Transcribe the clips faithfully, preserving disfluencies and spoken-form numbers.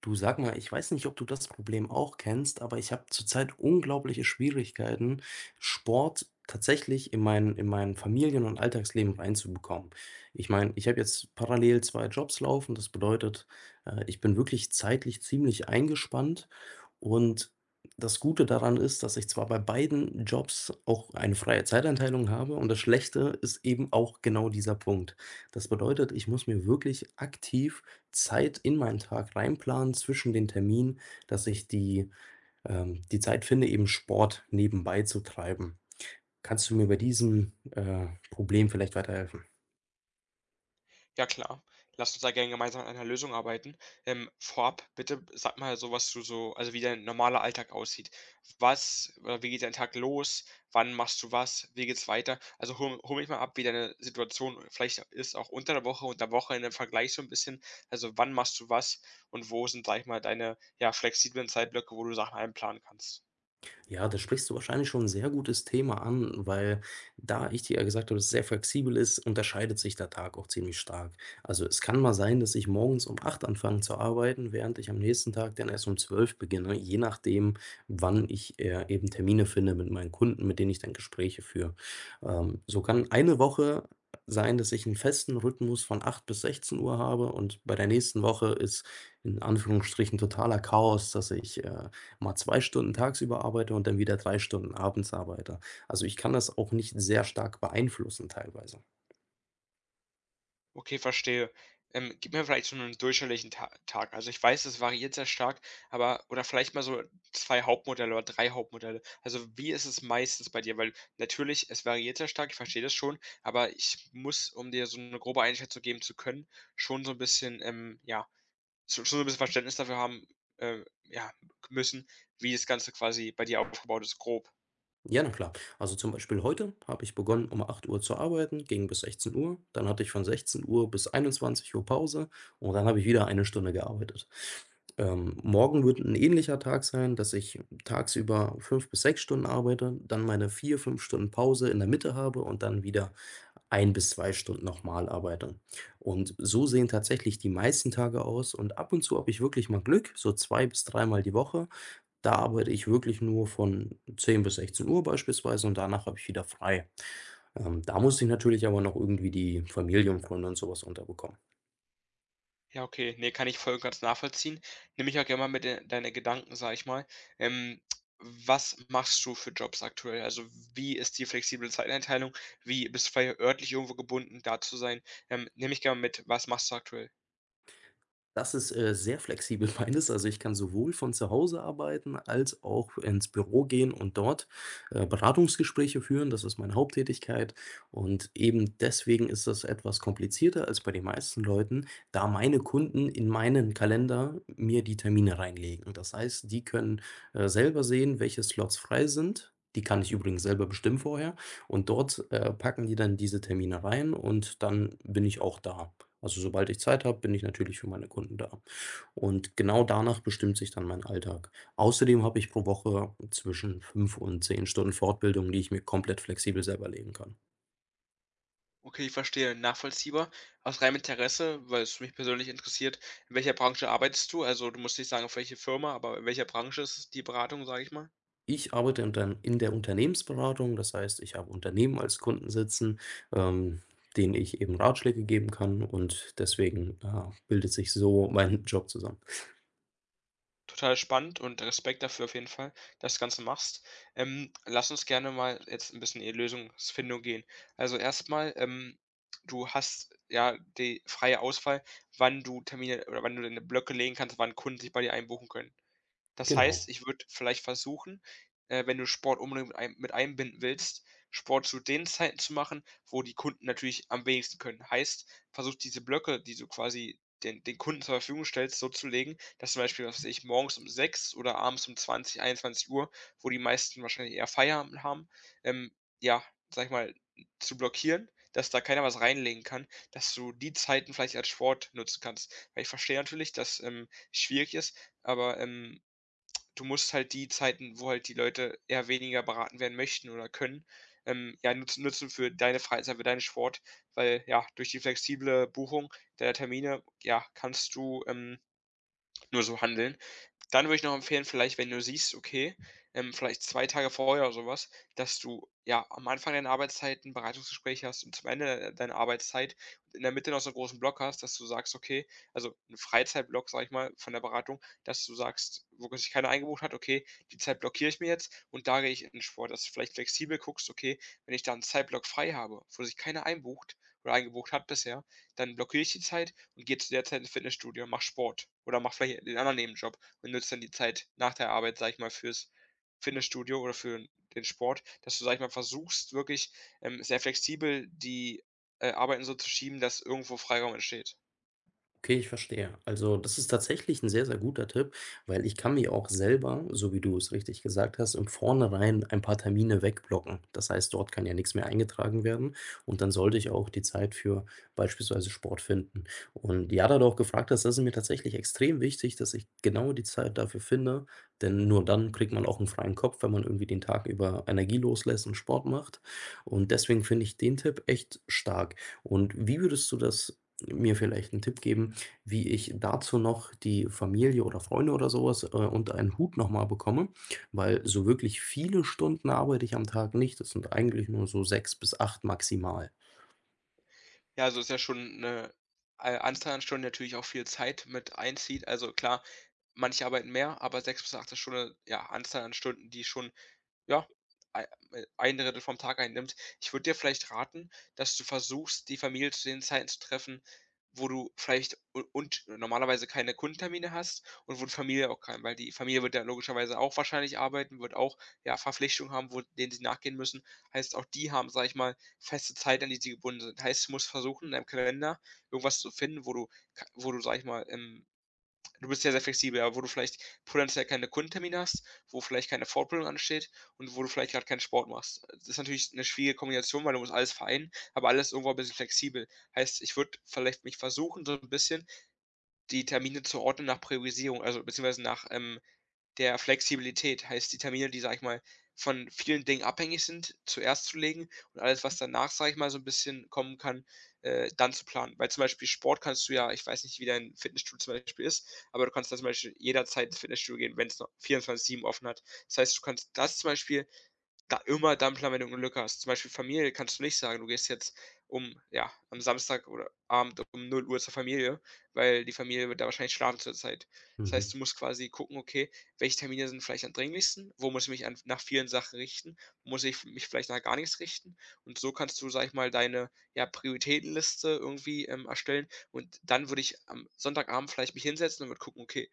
Du, sag mal, ich weiß nicht, ob du das Problem auch kennst, aber ich habe zurzeit unglaubliche Schwierigkeiten, Sport tatsächlich in mein, in mein Familien- und Alltagsleben reinzubekommen. Ich meine, ich habe jetzt parallel zwei Jobs laufen. Das bedeutet, äh, ich bin wirklich zeitlich ziemlich eingespannt, und das Gute daran ist, dass ich zwar bei beiden Jobs auch eine freie Zeiteinteilung habe, und das Schlechte ist eben auch genau dieser Punkt. Das bedeutet, ich muss mir wirklich aktiv Zeit in meinen Tag reinplanen zwischen den Terminen, dass ich die ähm, die Zeit finde, eben Sport nebenbei zu treiben. Kannst du mir bei diesem, äh, Problem vielleicht weiterhelfen? Ja klar, lass uns da gerne gemeinsam an einer Lösung arbeiten. Ähm, vorab bitte sag mal so, was du so also wie dein normaler Alltag aussieht. Was oder wie geht dein Tag los? Wann machst du was? Wie geht's weiter? Also hol hol mich mal ab, wie deine Situation vielleicht ist, auch unter der Woche und der Woche in dem Vergleich so ein bisschen. Also wann machst du was und wo sind, sage ich mal, deine, ja, flexiblen Zeitblöcke, wo du Sachen einplanen kannst? Ja, da sprichst du wahrscheinlich schon ein sehr gutes Thema an, weil, da ich dir ja gesagt habe, dass es sehr flexibel ist, unterscheidet sich der Tag auch ziemlich stark. Also, es kann mal sein, dass ich morgens um acht anfange zu arbeiten, während ich am nächsten Tag dann erst um zwölf beginne, je nachdem, wann ich, äh, eben Termine finde mit meinen Kunden, mit denen ich dann Gespräche führe. Ähm, so kann eine Woche sein, dass ich einen festen Rhythmus von acht bis sechzehn Uhr habe, und bei der nächsten Woche ist in Anführungsstrichen totaler Chaos, dass ich, äh, mal zwei Stunden tagsüber arbeite und dann wieder drei Stunden abends arbeite. Also, ich kann das auch nicht sehr stark beeinflussen teilweise. Okay, verstehe. Ähm, gib mir vielleicht so einen durchschnittlichen Ta Tag. Also, ich weiß, es variiert sehr stark, aber oder vielleicht mal so zwei Hauptmodelle oder drei Hauptmodelle. Also, wie ist es meistens bei dir? Weil natürlich, es variiert sehr stark, ich verstehe das schon, aber ich muss, um dir so eine grobe Einschätzung geben zu können, schon so ein bisschen, ähm, ja, schon schon so ein bisschen Verständnis dafür haben, äh, ja, müssen, wie das Ganze quasi bei dir aufgebaut ist, grob. Ja, na klar. Also, zum Beispiel heute habe ich begonnen, um acht Uhr zu arbeiten, ging bis sechzehn Uhr. Dann hatte ich von sechzehn Uhr bis einundzwanzig Uhr Pause und dann habe ich wieder eine Stunde gearbeitet. Ähm, morgen wird ein ähnlicher Tag sein, dass ich tagsüber fünf bis sechs Stunden arbeite, dann meine vier fünf Stunden Pause in der Mitte habe und dann wieder ein bis zwei Stunden nochmal arbeite. Und so sehen tatsächlich die meisten Tage aus, und ab und zu habe ich wirklich mal Glück, so zwei bis dreimal die Woche. Da arbeite ich wirklich nur von zehn bis sechzehn Uhr beispielsweise und danach habe ich wieder frei. Ähm, da muss ich natürlich aber noch irgendwie die Familie und Freunde und sowas unterbekommen. Ja, okay. Ne, kann ich voll und ganz nachvollziehen. Nimm mich auch gerne mal mit in deine Gedanken, sag ich mal. Ähm, Was machst du für Jobs aktuell? Also, wie ist die flexible Zeiteinteilung? Wie bist du vielleicht örtlich irgendwo gebunden, da zu sein? Ähm, nimm mich gerne mit, was machst du aktuell? Das ist, äh, sehr flexibel meines. Also, ich kann sowohl von zu Hause arbeiten als auch ins Büro gehen und dort, äh, Beratungsgespräche führen. Das ist meine Haupttätigkeit, und eben deswegen ist das etwas komplizierter als bei den meisten Leuten, da meine Kunden in meinen Kalender mir die Termine reinlegen. Das heißt, die können, äh, selber sehen, welche Slots frei sind. Die kann ich übrigens selber bestimmen vorher, und dort, äh, packen die dann diese Termine rein und dann bin ich auch da. Also, sobald ich Zeit habe, bin ich natürlich für meine Kunden da. Und genau danach bestimmt sich dann mein Alltag. Außerdem habe ich pro Woche zwischen fünf und zehn Stunden Fortbildung, die ich mir komplett flexibel selber legen kann. Okay, ich verstehe, nachvollziehbar. Aus reinem Interesse, weil es mich persönlich interessiert, in welcher Branche arbeitest du? Also, du musst nicht sagen, auf welche Firma, aber in welcher Branche ist es die Beratung, sag ich mal? Ich arbeite in der in der Unternehmensberatung. Das heißt, ich habe Unternehmen als Kunden sitzen, ähm, denen ich eben Ratschläge geben kann, und deswegen, äh, bildet sich so mein Job zusammen. Total spannend und Respekt dafür auf jeden Fall, dass du das Ganze machst. Ähm, lass uns gerne mal jetzt ein bisschen in die Lösungsfindung gehen. Also, erstmal, ähm, du hast ja die freie Auswahl, wann du Termine oder wann du deine Blöcke legen kannst, wann Kunden sich bei dir einbuchen können. Das heißt, Genau. ich würde vielleicht versuchen, äh, wenn du Sport unbedingt mit ein mit einbinden willst, Sport zu den Zeiten zu machen, wo die Kunden natürlich am wenigsten können. Heißt, versuch diese Blöcke, die du quasi den den Kunden zur Verfügung stellst, so zu legen, dass zum Beispiel, was weiß ich, morgens um sechs oder abends um zwanzig einundzwanzig Uhr, wo die meisten wahrscheinlich eher Feierabend haben, ähm, ja, sage ich mal, zu blockieren, dass da keiner was reinlegen kann, dass du die Zeiten vielleicht als Sport nutzen kannst. Weil ich verstehe natürlich, dass, ähm, schwierig ist, aber, ähm, Du musst halt die Zeiten, wo halt die Leute eher weniger beraten werden möchten oder können, ähm, ja, nutzen nutzen für deine Freizeit, für deinen Sport, weil, ja, durch die flexible Buchung der Termine, ja, kannst du, ähm, nur so handeln. Dann würde ich noch empfehlen, vielleicht, wenn du siehst, okay, ähm, vielleicht zwei Tage vorher oder sowas, dass du, ja, am Anfang deiner Arbeitszeit ein Beratungsgespräch hast und zum Ende de deiner Arbeitszeit in der Mitte noch so einen großen Block hast, dass du sagst, okay, also 'n Freizeitblock, sage ich mal, von der Beratung, dass du sagst, wo sich keiner eingebucht hat: „Okay, die Zeit blockiere ich mir jetzt und da gehe ich in den Sport." Dass du vielleicht flexibel guckst: „Okay, wenn ich da 'n Zeitblock frei habe, wo sich keiner einbucht oder eingebucht hat bisher, dann blockiere ich die Zeit und gehe zu der Zeit ins Fitnessstudio, mach Sport oder mach vielleicht den anderen Nebenjob." Und nutzt dann die Zeit nach der Arbeit, sag ich mal, fürs Fitnessstudio oder für den Sport, dass du, sag ich mal, versuchst, wirklich, ähm, sehr flexibel die, äh, Arbeiten so zu schieben, dass irgendwo Freiraum entsteht. Okay, ich verstehe. Also, das ist tatsächlich ein sehr, sehr guter Tipp, weil ich kann mir auch selber, so wie du es richtig gesagt hast, im Vornherein ein paar Termine wegblocken. Das heißt, dort kann ja nichts mehr eingetragen werden, und dann sollte ich auch die Zeit für beispielsweise Sport finden. Und ja, da du auch gefragt hast, das ist mir tatsächlich extrem wichtig, dass ich genau die Zeit dafür finde, denn nur dann kriegt man auch einen freien Kopf, wenn man irgendwie den Tag über Energie loslässt und Sport macht. Und deswegen finde ich den Tipp echt stark. Und wie würdest du das, mir vielleicht einen Tipp geben, wie ich dazu noch die Familie oder Freunde oder sowas was, äh, unter einen Hut noch mal bekomme, weil so wirklich viele Stunden arbeite ich am Tag nicht. Das sind eigentlich nur so sechs bis acht maximal. Ja, also ist ja schon eine äh, Anzahl an Stunden, die natürlich auch viel Zeit mit einzieht. Also klar, manche arbeiten mehr, aber sechs bis acht Stunden, ja, Anzahl an Stunden, die schon, ja, ei äh, eins vom Tag einnimmt. Ich würde dir vielleicht raten, dass du versuchst, die Familie zu den Zeiten zu treffen, wo du vielleicht u und normalerweise keine Kundentermine hast und wo die Familie auch keinen, weil die Familie wird ja logischerweise auch wahrscheinlich arbeiten, wird auch, ja, Verpflichtungen haben, wo denen sie nachgehen müssen. Heißt, auch die haben, sage ich mal, feste Zeiten, an die sie gebunden sind. Heißt, du musst versuchen, in deinem Kalender irgendwas zu finden, wo du ka wo du, sage ich mal, ähm du bist ja sehr flexibel, aber wo du vielleicht potenziell keine Kundentermine hast, wo vielleicht keine Fortbildung ansteht und wo du vielleicht gerade keinen Sport machst. Das ist natürlich eine schwierige Kombination, weil du musst alles vereinen, aber alles irgendwo ein bisschen flexibel. Heißt, ich würde vielleicht mich versuchen, so ein bisschen die Termine zu ordnen nach Priorisierung, also beziehungsweise nach, ähm, der Flexibilität. Heißt, die Termine, die, sage ich mal, von vielen Dingen abhängig sind, zuerst zu legen, und alles, was danach, sage ich mal, so ein bisschen kommen kann, äh, dann zu planen. Weil zum Beispiel Sport kannst du ja, ich weiß nicht, wie dein Fitnessstudio zum Beispiel ist, aber du kannst da zum Beispiel jederzeit ins Fitnessstudio gehen, wenn's noch vierundzwanzig sieben offen hat. Das heißt, du kannst das zum Beispiel da immer Dampfler, wenn du Glück hast. Zum Beispiel Familie kannst du nicht sagen, du gehst jetzt um, ja, am Samstag oder Abend um null Uhr zur Familie, weil die Familie wird da wahrscheinlich schlafen zur Zeit. Das Mhm. heißt, du musst quasi gucken: „Okay, welche Termine sind vielleicht am dringlichsten? Wo muss ich mich an nach vielen Sachen richten? Muss ich mich vielleicht nach gar nichts richten?" Und so kannst du, sage ich mal, deine, ja, Prioritätenliste irgendwie, ähm, erstellen. Und dann würde ich am Sonntagabend vielleicht mich hinsetzen und würde gucken: „Okay,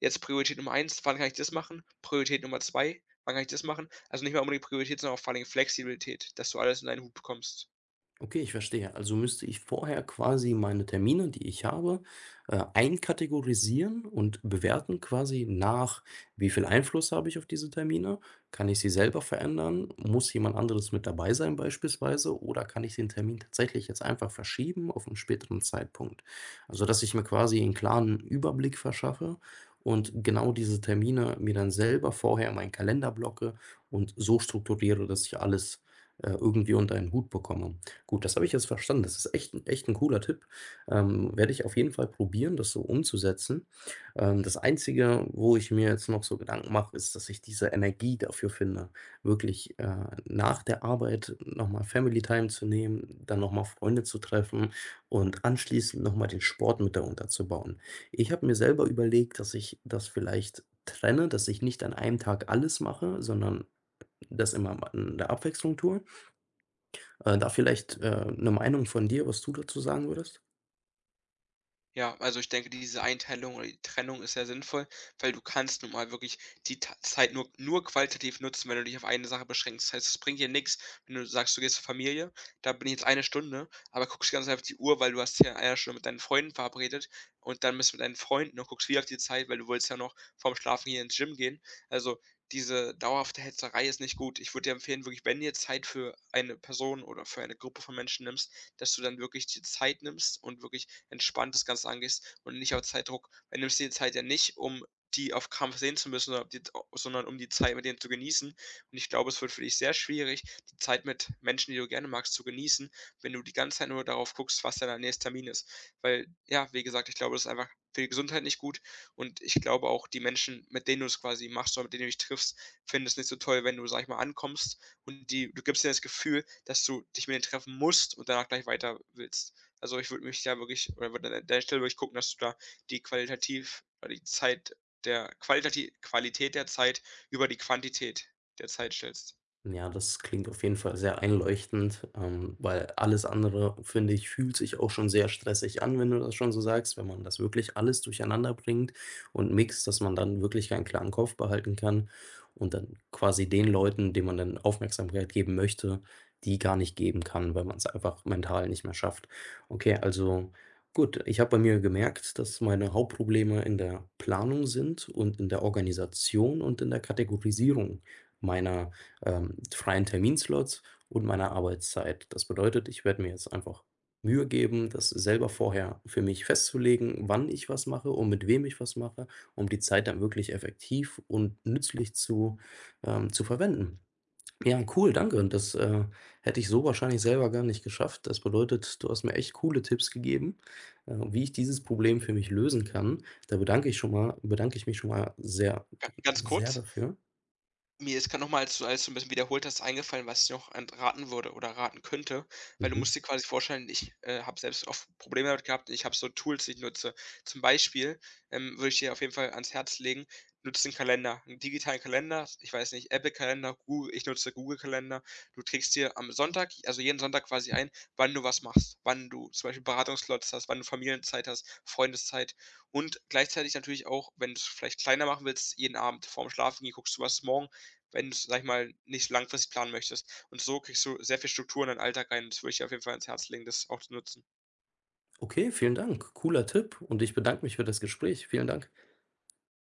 jetzt Priorität Nummer eins, wann kann ich das machen? Priorität Nummer zwei? Wann kann ich das machen? Also, nicht mal unbedingt Priorität, sondern auch vor allem Flexibilität, dass du alles in einen Hut bekommst." Okay, ich verstehe. Also müsste ich vorher quasi meine Termine, die ich habe, äh, einkategorisieren und bewerten quasi nach, wie viel Einfluss habe ich auf diese Termine? Kann ich sie selber verändern? Muss jemand anderes mit dabei sein beispielsweise? Oder kann ich den Termin tatsächlich jetzt einfach verschieben auf einen späteren Zeitpunkt? Also, dass ich mir quasi einen klaren Überblick verschaffe und genau diese Termine mir dann selber vorher in meinen Kalender blocke und so strukturiere, dass ich alles äh, irgendwie unter einen Hut bekomme. Gut, das habe ich jetzt verstanden. Das ist echt ein echt ein cooler Tipp. Ähm, werde ich auf jeden Fall probieren, das so umzusetzen. Ähm, das Einzige, wo ich mir jetzt noch so Gedanken mache, ist, dass ich diese Energie dafür finde, wirklich, äh, nach der Arbeit noch mal Family Time zu nehmen, dann noch mal Freunde zu treffen und anschließend noch mal den Sport mit da unterzubauen. Ich habe mir selber überlegt, dass ich das vielleicht trenne, dass ich nicht an einem Tag alles mache, sondern das immer in der Abwechslung tue. Äh, da vielleicht, äh, 'ne Meinung von dir, was du dazu sagen würdest? Ja, also ich denke, diese Einteilung oder die Trennung ist sehr sinnvoll, weil du kannst nun mal wirklich die Ta Zeit nur nur qualitativ nutzen, wenn du dich auf eine Sache beschränkst. Das heißt, es bringt dir nichts, wenn du sagst, du gehst zur Familie, da bin ich jetzt eine Stunde, aber guckst die ganze Zeit auf die Uhr, weil du hast dich ja in Stunde mit deinen Freunden verabredet, und dann bist du mit deinen Freunden und guckst wieder auf die Zeit, weil du wolltest ja noch vorm Schlafen gehen ins Gym gehen. Also, diese dauerhafte Hetzerei ist nicht gut. Ich würde dir empfehlen, wirklich, wenn du dir Zeit für eine Person oder für eine Gruppe von Menschen nimmst, dass du dann wirklich die Zeit nimmst und wirklich entspannt das Ganze angehst und nicht auf Zeitdruck, weil du nimmst dir die Zeit ja nicht, um die auf Krampf sehen zu müssen, sondern, die, sondern um die Zeit mit denen zu genießen. Und ich glaube, es wird für dich sehr schwierig, die Zeit mit Menschen, die du gerne magst, zu genießen, wenn du die ganze Zeit nur darauf guckst, was dein nächster Termin ist. Weil, ja, wie gesagt, ich glaube, das ist einfach für die Gesundheit nicht gut. Und ich glaube auch, die Menschen, mit denen du es quasi machst oder mit denen du dich triffst, finden es nicht so toll, wenn du, sag ich mal, ankommst und die, du gibst dir das Gefühl, dass du dich mit denen treffen musst und danach gleich weiter willst. Also, ich würde mich da wirklich, oder würde an der Stelle wirklich gucken, dass du da die qualitativ oder die Zeit der qualitati Qualität der Zeit über die Quantität der Zeit stellst. Ja, das klingt auf jeden Fall sehr einleuchtend, ähm, weil alles andere, finde ich, fühlt sich auch schon sehr stressig an, wenn du das schon so sagst, wenn man das wirklich alles durcheinander bringt und mixt, dass man dann wirklich keinen klaren Kopf behalten kann und dann quasi den Leuten, denen man dann Aufmerksamkeit geben möchte, die gar nicht geben kann, weil man es einfach mental nicht mehr schafft. Okay, also gut, ich habe bei mir gemerkt, dass meine Hauptprobleme in der Planung sind und in der Organisation und in der Kategorisierung meiner ähm, freien Terminslots und meiner Arbeitszeit. Das bedeutet, ich werde mir jetzt einfach Mühe geben, das selber vorher für mich festzulegen, wann ich was mache und mit wem ich was mache, um die Zeit dann wirklich effektiv und nützlich zu, ähm, zu verwenden. Ja, cool, danke. Das äh, hätte ich so wahrscheinlich selber gar nicht geschafft. Das bedeutet, du hast mir echt coole Tipps gegeben, äh, wie ich dieses Problem für mich lösen kann. Da bedanke ich schon mal, bedanke ich mich schon mal sehr, Ga ganz sehr kurz. dafür. Mir ist gerade nochmal, als du als du 'n bisschen wiederholt hast, eingefallen, was ich noch an raten würde oder raten könnte, weil du Mhm. musst dir quasi vorstellen, ich, äh, habe selbst oft Probleme damit gehabt. Ich habe so Tools, die ich nutze. Zum Beispiel, ähm, würde ich dir auf jeden Fall ans Herz legen, nutze 'n Kalender, einen digitalen Kalender. Ich weiß nicht, Apple-Kalender, Google. Ich nutze Google-Kalender. Du trägst dir am Sonntag, also jeden Sonntag quasi ein, wann du was machst, wann du zum Beispiel Beratungsslots hast, wann du Familienzeit hast, Freundeszeit, und gleichzeitig natürlich auch, wenn du es vielleicht kleiner machen willst, jeden Abend vorm Schlafengehen guckst du, was ist morgen, wenn du, sag ich mal, nicht langfristig planen möchtest. Und so kriegst du sehr viel Struktur in deinen Alltag rein. Das würde ich dir auf jeden Fall ans Herz legen, das auch zu nutzen. Okay, vielen Dank. Cooler Tipp und ich bedanke mich für das Gespräch. Vielen Dank.